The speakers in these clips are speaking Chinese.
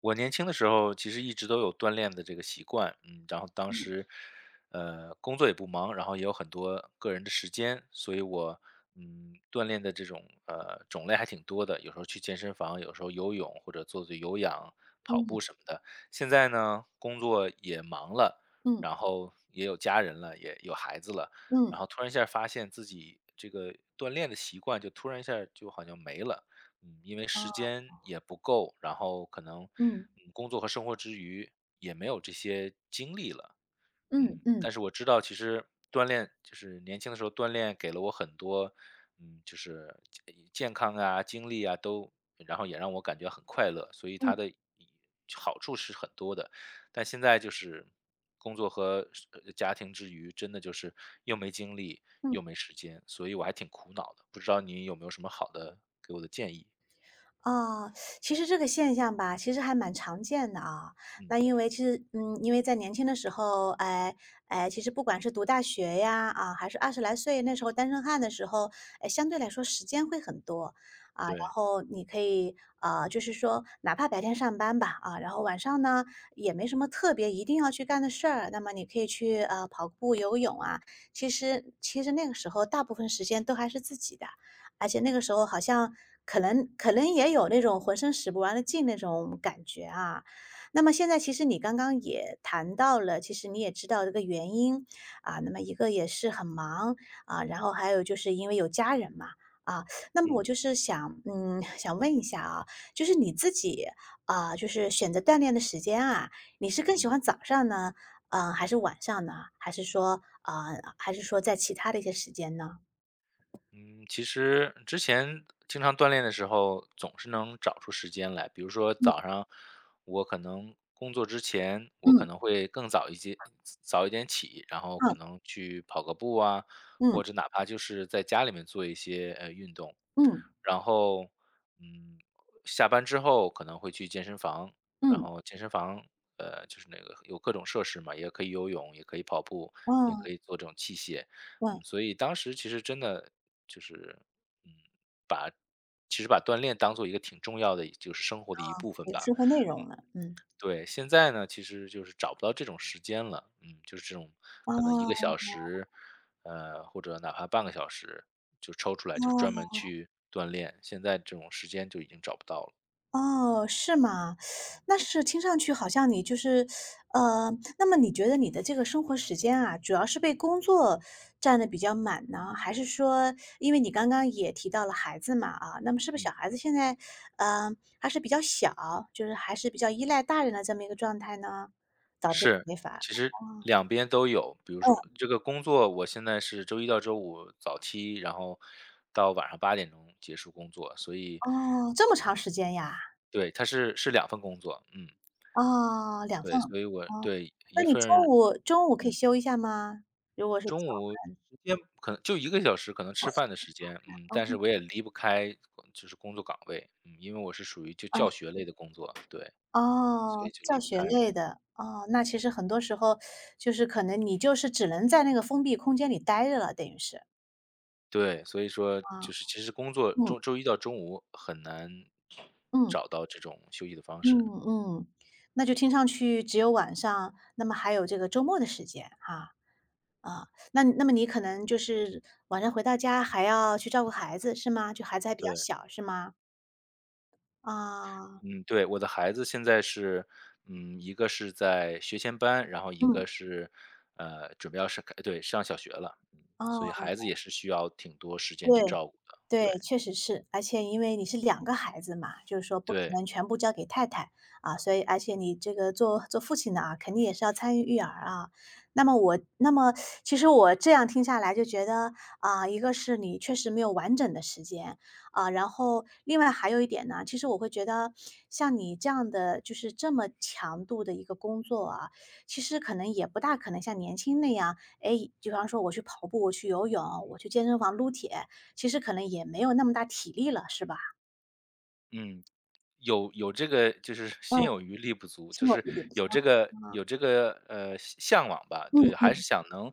我年轻的时候其实一直都有锻炼的这个习惯，然后当嗯时，工作也不忙，然后也有很多个人的时间，所以我，锻炼的这种种类还挺多的，有时候去健身房，有时候游泳或者做做有氧、跑步嗯什么的。现在呢，工作也忙了，嗯然后也有家人了，也有孩子了，然嗯，后突然一下发现自己这个锻炼的习惯就突然一下就好像没了，因为时哦，间也不够，然后可能，嗯工作和生活之余也没有这些精力了嗯嗯嗯但是我知道其实锻炼就是年轻的时候锻炼给了我很多，就是健健康啊、精力啊都然后也让我感觉很快乐，所以它嗯的好处是很多的。但现在就是工作和家庭之余，真的就是又没精力嗯。又没时间，所以我还挺苦恼的，不知道你有没有什么好的给我的建议？哦，其实这个现象吧，其实还蛮常见的啊。嗯，那因为其实，嗯，因为在年轻的时候，哎，其实不管是读大学呀，啊，还是二十来岁那时候单身汉的时候，哎，相对来说时间会很多啊。然对，后你可以，啊，就是说，哪怕白天上班吧，啊，然后晚上呢也没什么特别一定要去干的事儿，那么你可以去跑步、游泳啊。其实那个时候大部分时间都还是自己的。而且那个时候好像可能也有那种浑身使不完的劲那种感觉啊。那么现在其实你刚刚也谈到了，其实你也知道这个原因啊，那么一个也是很忙啊，然后还有就是因为有家人嘛。啊，那么我嗯，就是想，嗯，想问一下啊，就是你自己啊、就是选择锻炼的时间啊，你是嗯更喜哼，欢早上呢，嗯、还是晚上呢？还是说，啊还是说在其他的一些时间呢？嗯，其实之前经常锻炼的时候，总是能找出时间来。比如说早嗯上，我可能工作之前，我可嗯。能会更早一些，早一点起，然后可嗯能去跑个步啊，嗯。或者哪怕就是在家里面做一些运动。嗯，然后，嗯，下班之后可能会去健身房，然嗯，后健身房就是那个有各种设施嘛，也可以游泳，也可以跑步，也啊可以做这种器械。哇，所以当时其实真的就是，嗯，其实把锻炼当做一个挺重要的，就是生活的一部分有吧。生活内容了，嗯。对，现在呢，其实就是找不到这种时间了，就是这种可能一个哦，小时，或者哪怕半个小时，就抽出来就专门哦，去锻炼。现在这种时间就已经找不到了。哦，是吗？那是听上去好像你就是呃，那么你觉得你的这个生活时间啊，主要是被工作占的比较满呢？还是说因为你刚刚也提到了孩子嘛，啊，那么是不是小孩子现在，呃，还是比较小，就是还是比较依赖大人的这么一个状态呢？导致是，没法其实哦，两边都有。比如说这个工作，我现在是周一到周五早七，然后到晚上8点钟结束工作，所以嗯，哦，这么长时间呀？对，它是两份工作，嗯，哦两份，对，所以我哦，对，那一你份中儿午中午可以嗯，休一下吗？如果是早中午时间可能就一个小时，可能吃饭的时间，但是嗯我也离不开就是工作岗位，因为我是属于就啊，教学类的工作，对，所哦，以就教离不学开。类的，哦，那其实很多时候就是可能你就是只能在那个封闭空间里待着了，等于是，对，所以说啊，就是其实工作嗯，周一到周五很难嗯，找到这种休息的方嗯，式，嗯，那就听上去只有晚上，那么还有这个周末的时间哈，啊，那那么你可能就是晚上回到家还要去照顾孩子是吗？就孩子还比较对。小是吗？啊，嗯，对，我的孩子现在是，一个是在学前班，然后一嗯，个是，准备要上，对，上小学了，所以哦。孩子也是需要挺多时间对，去照顾的，对，对，确实是。而且因为你是两个孩子嘛，就是说不可对，能全部交给太太，啊，所以而且你这个做父亲的啊，肯定也是要参与育儿啊。那么其实我这样听下来就觉得，啊，一个是你确实没有完整的时间，啊，然后另外还有一点呢，其实我会觉得像你这样的就是这么强度的一个工作啊，其实可能也不大可能像年轻那样，哎，比方说我去跑步，我去游泳，我去健身房撸铁，其实可能也没有那么大体力了，是吧？嗯，有这个就是 嗯，心有余力不足，是就有是一点不错有这个啊有这个向往吧，嗯对，还是嗯想能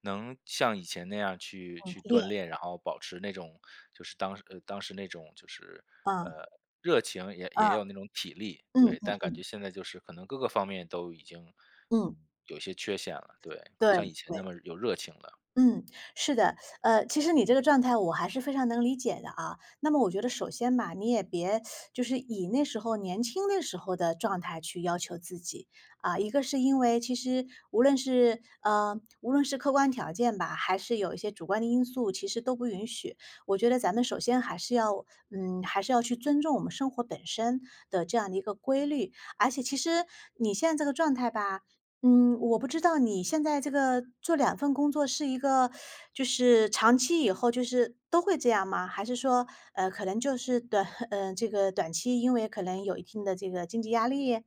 能像以前那样去嗯，去对，锻炼，然后保持那种就是当时那种就是嗯，呃热情也嗯，也有那种体力，嗯对，但嗯感觉现在就是可能各个方面都已经嗯，有些缺陷了，对，不对像以前那对。么有热情了。嗯，是的，其实你这个状态我还是非常能理解的啊。那么我觉得首先吧，你也别就是以那时候年轻那时候的状态去要求自己啊。一个是因为其实无论是客观条件吧，还是有一些主观的因素，其实都不允许。我觉得咱们首先还是要，嗯，还是要去尊重我们生活本身的这样的一个规律。而且其实你现在这个状态吧，嗯，我不知道你现在这个做两份工作是一个就是长期以后就是都会这样吗？还是说，可能就是短 嗯，这个短期因为可能有一定的这个经济压力，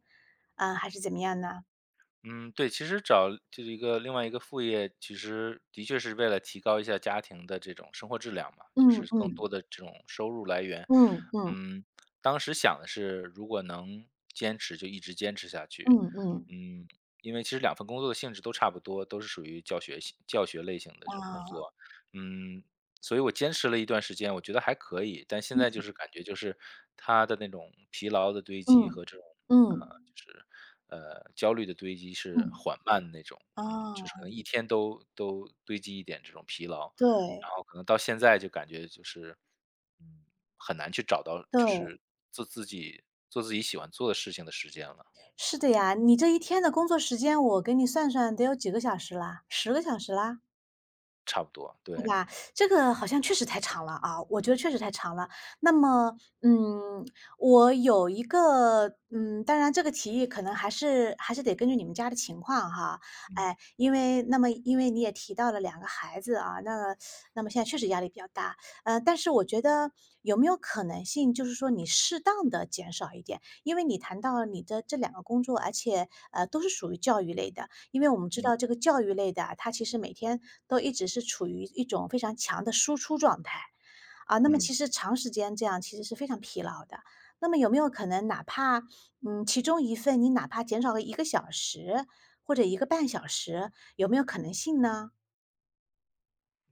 啊，还是怎么样呢？嗯，对，其实找就是一个另外一个副业，其实的确是为了提高一下家庭的这种生活质量嘛，就嗯是更嗯，多的这种收入来源。嗯嗯，嗯，当时想的是，如果能坚持，就一直坚持下去。嗯嗯，嗯，因为其实两份工作的性质都差不多，都是属于教学类型的这种工啊，作。嗯，所以我坚持了一段时间，我觉得还可以，但现在就嗯是感觉就是他的那种疲劳的堆积嗯和这种，呃，嗯就是焦虑的堆积是嗯，缓慢的那种，啊，就是可能一天都堆积一点这种疲劳，然对后可能到现在就感觉就是，嗯，很难去找到就对，是做自己做自己喜欢做的事情的时间了，是的呀，你这一天的工作时间我给你算算得有几个小时啦十个小时啦？差不多，对对，吧这个好像确实太长了啊，我觉得确实太长了。那么，嗯，我有一个，嗯，当然这个提议可能还是得根据你们家的情况哈，嗯哎，因为你也提到了两个孩子啊，那那么现在确实压力比较大，但是我觉得有没有可能性，就是说你适当的减少一点，因为你谈到了你的这两个工作，而且都是属于教育类的，因为我们知嗯道这个教育类的啊它其实每天都一直是处于一种非常强的输出状态，啊，那么嗯。其实长时间这样其实是非常疲劳的。那么有没有可能哪怕，嗯，其中一份你哪怕减少了一个小时或者一个半小时，有没有可能性呢？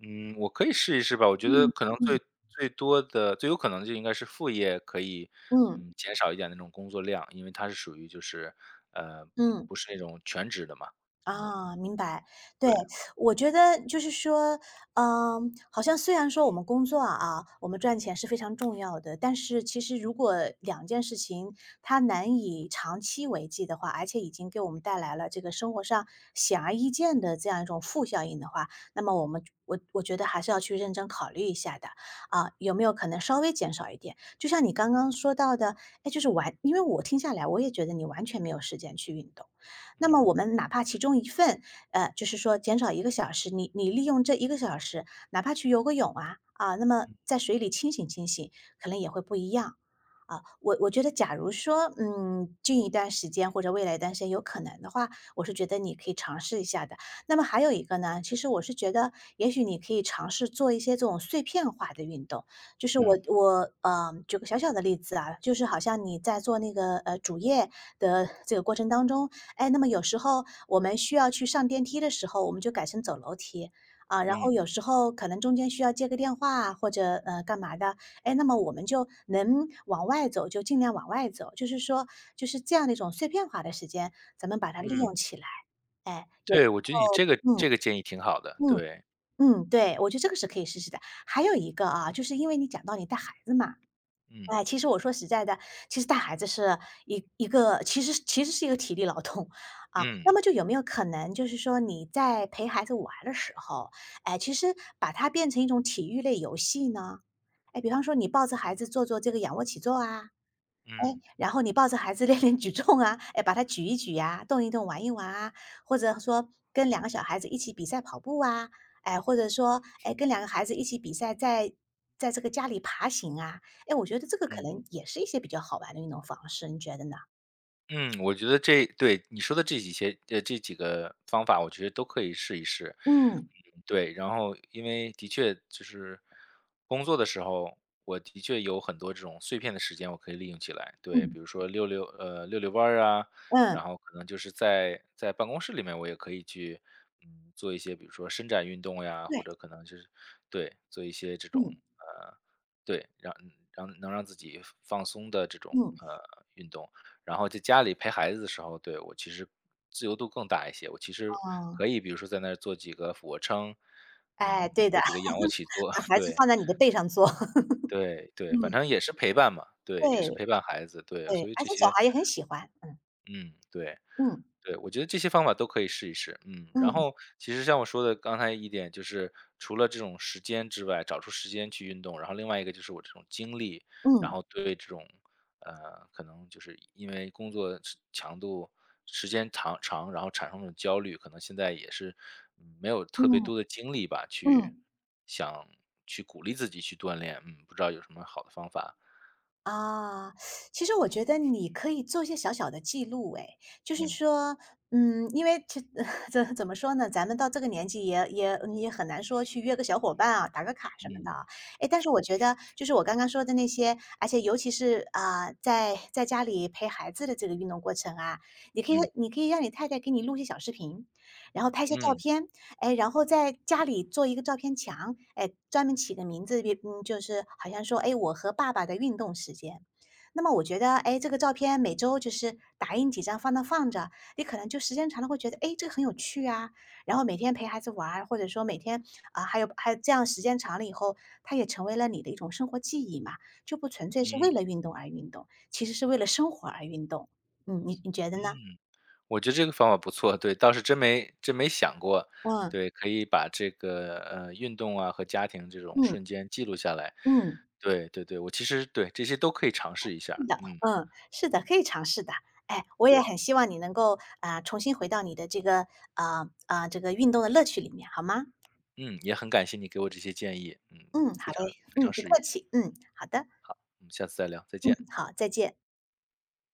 嗯，我可以试一试吧。我觉得嗯可能嗯。最多的、最有可能就应该是副业可以，嗯，减少一点那种工作量，因为它是属于就是，嗯。不是那种全职的嘛。嗯，啊，明白。对，对，我觉得就是说，嗯，好像虽然说我们工作啊，我们赚钱是非常重要的，但是其实如果两件事情它难以长期为继的话，而且已经给我们带来了这个生活上显而易见的这样一种负效应的话，那么我们我我觉得还是要去认真考虑一下的啊，有没有可能稍微减少一点？就像你刚刚说到的，哎，就是完，因为我听下来，我也觉得你完全没有时间去运动。那么嗯我们哪怕其中一份，就是说减少一个小时，你利用这一个小时，哪怕去游个泳啊啊，那么在水里清醒清醒，可能也会不一样啊。我觉得，假如说，嗯，近一段时间或者未来一段时间有可能的话，我是觉得你可以尝试一下的。那么还有一个呢，其实我是觉得，也许你可以尝试做一些这种碎片化的运动，就是我嗯我呃，举个小小的例子啊，就是好像你在做那个主业的这个过程当中，哎，那么有时候我们需要去上电梯的时候，我们就改成走楼梯啊。然后嗯有时候可能中间需要接个电话啊或者干嘛的，哎，那么我们就能往外走就尽量往外走，就是说就是这样的一种碎片化的时间，咱们把它利用嗯，起来。哎，有对，我觉得你这个嗯这个建议挺好的，嗯对，嗯，对，我觉得这个是可以试试的。还有一个啊，就是因为你讲到你带孩子嘛。嗯哎，其实我说实在的，其实带孩子是一个其实是一个体力劳动，啊，嗯那么就有没有可能就是说你在陪孩子玩的时候，哎，其实把它变成一种体育类游戏呢？哎，比方说你抱着孩子做这个仰卧起坐啊，嗯然后你抱着孩子 练举重啊，哎，把它举一举啊，动一动、玩一玩啊，或者说跟两个小孩子一起比赛跑步啊，哎，或者说哎跟两个孩子一起比赛在这个家里爬行啊，哎，我觉得这个可嗯。能也是一些比较好玩的运动方式，你觉得呢？嗯，我觉得这对，你说的这几个方法，我觉得都可以试一试。嗯对，然后因为的确就是工作的时候，我的确有很多这种碎片的时间，我可以利用起来。对，嗯比如说溜溜弯儿啊，嗯，然后可能就是在办公室里面，我也可以去做一些，比如说伸展运动呀，对，或者可能就是对做一些这种嗯呃对让嗯让能让自己放松的这种嗯，运动。然后在家里陪孩子的时候，对，我其实自由度更大一些，我其实哦，可以比如说在那儿做几个俯卧撑，嗯，哎，对的，做几个仰卧 起坐，把孩子对，放在你的背上坐，对，对，反嗯，正也是陪伴嘛，对，也是对陪伴孩子，对，对，所以而这且小些孩也很喜欢，嗯嗯，对。嗯对，我觉得这些方法都可以试一试。然后嗯其实像我说的刚才一点就是，除了这种时间之外，找出时间去运动，然后另外一个就是我这种精力，然嗯后对这种，可能就是因为工作时强度时间长长，然后产生这种焦虑，可能现在也是，没有特别嗯多的精力吧，去嗯。想去鼓励自己去锻炼，不知道有什么好的方法？啊，其实我觉得你可以做一些小小的记录，诶，就是嗯，说，嗯，因为这 怎么说呢，咱们到这个年纪也你也很难说去约个小伙伴啊，打个卡什么嗯，的啊，诶，但是我觉得就是我刚刚说的那些，而且尤其是啊，在家里陪孩子的这个运动过程啊，你可以嗯，你可以让你太太给你录一些小视频，然后拍一些照嗯，片，哎，然后在家里做一个照片墙，哎，专门起个名字，嗯，就是好像说，哎，我和爸爸的运动时间。那么我觉得，哎，这个照片每周就是打印几张放那放着，你可能就时间长了会觉得，哎，这个很有趣啊。然后每天陪孩子玩儿或者说每天啊、还有这样时间长了以后，它也成为了你的一种生活记忆嘛，就不纯粹是嗯，为嗯。了运动而运动，其实是为了生活而运动。嗯，你你觉得呢？嗯我觉得这个方法不错，对，倒是真没想过，嗯对，可以把这个，运动啊和家庭这种嗯瞬间记录下来。嗯。对对对，我其实对，这些都可以尝试一是下的，嗯，是的，可以尝试的。哎，我也对，很希望你能够啊、重新回到你的这个啊啊、这个运动的乐趣里面，好吗？嗯，也很感谢你给我这些建议，嗯，好非嘞，常非嗯，常不实客用，气，嗯，好的，我们下次再聊，再嗯，见。好，再见。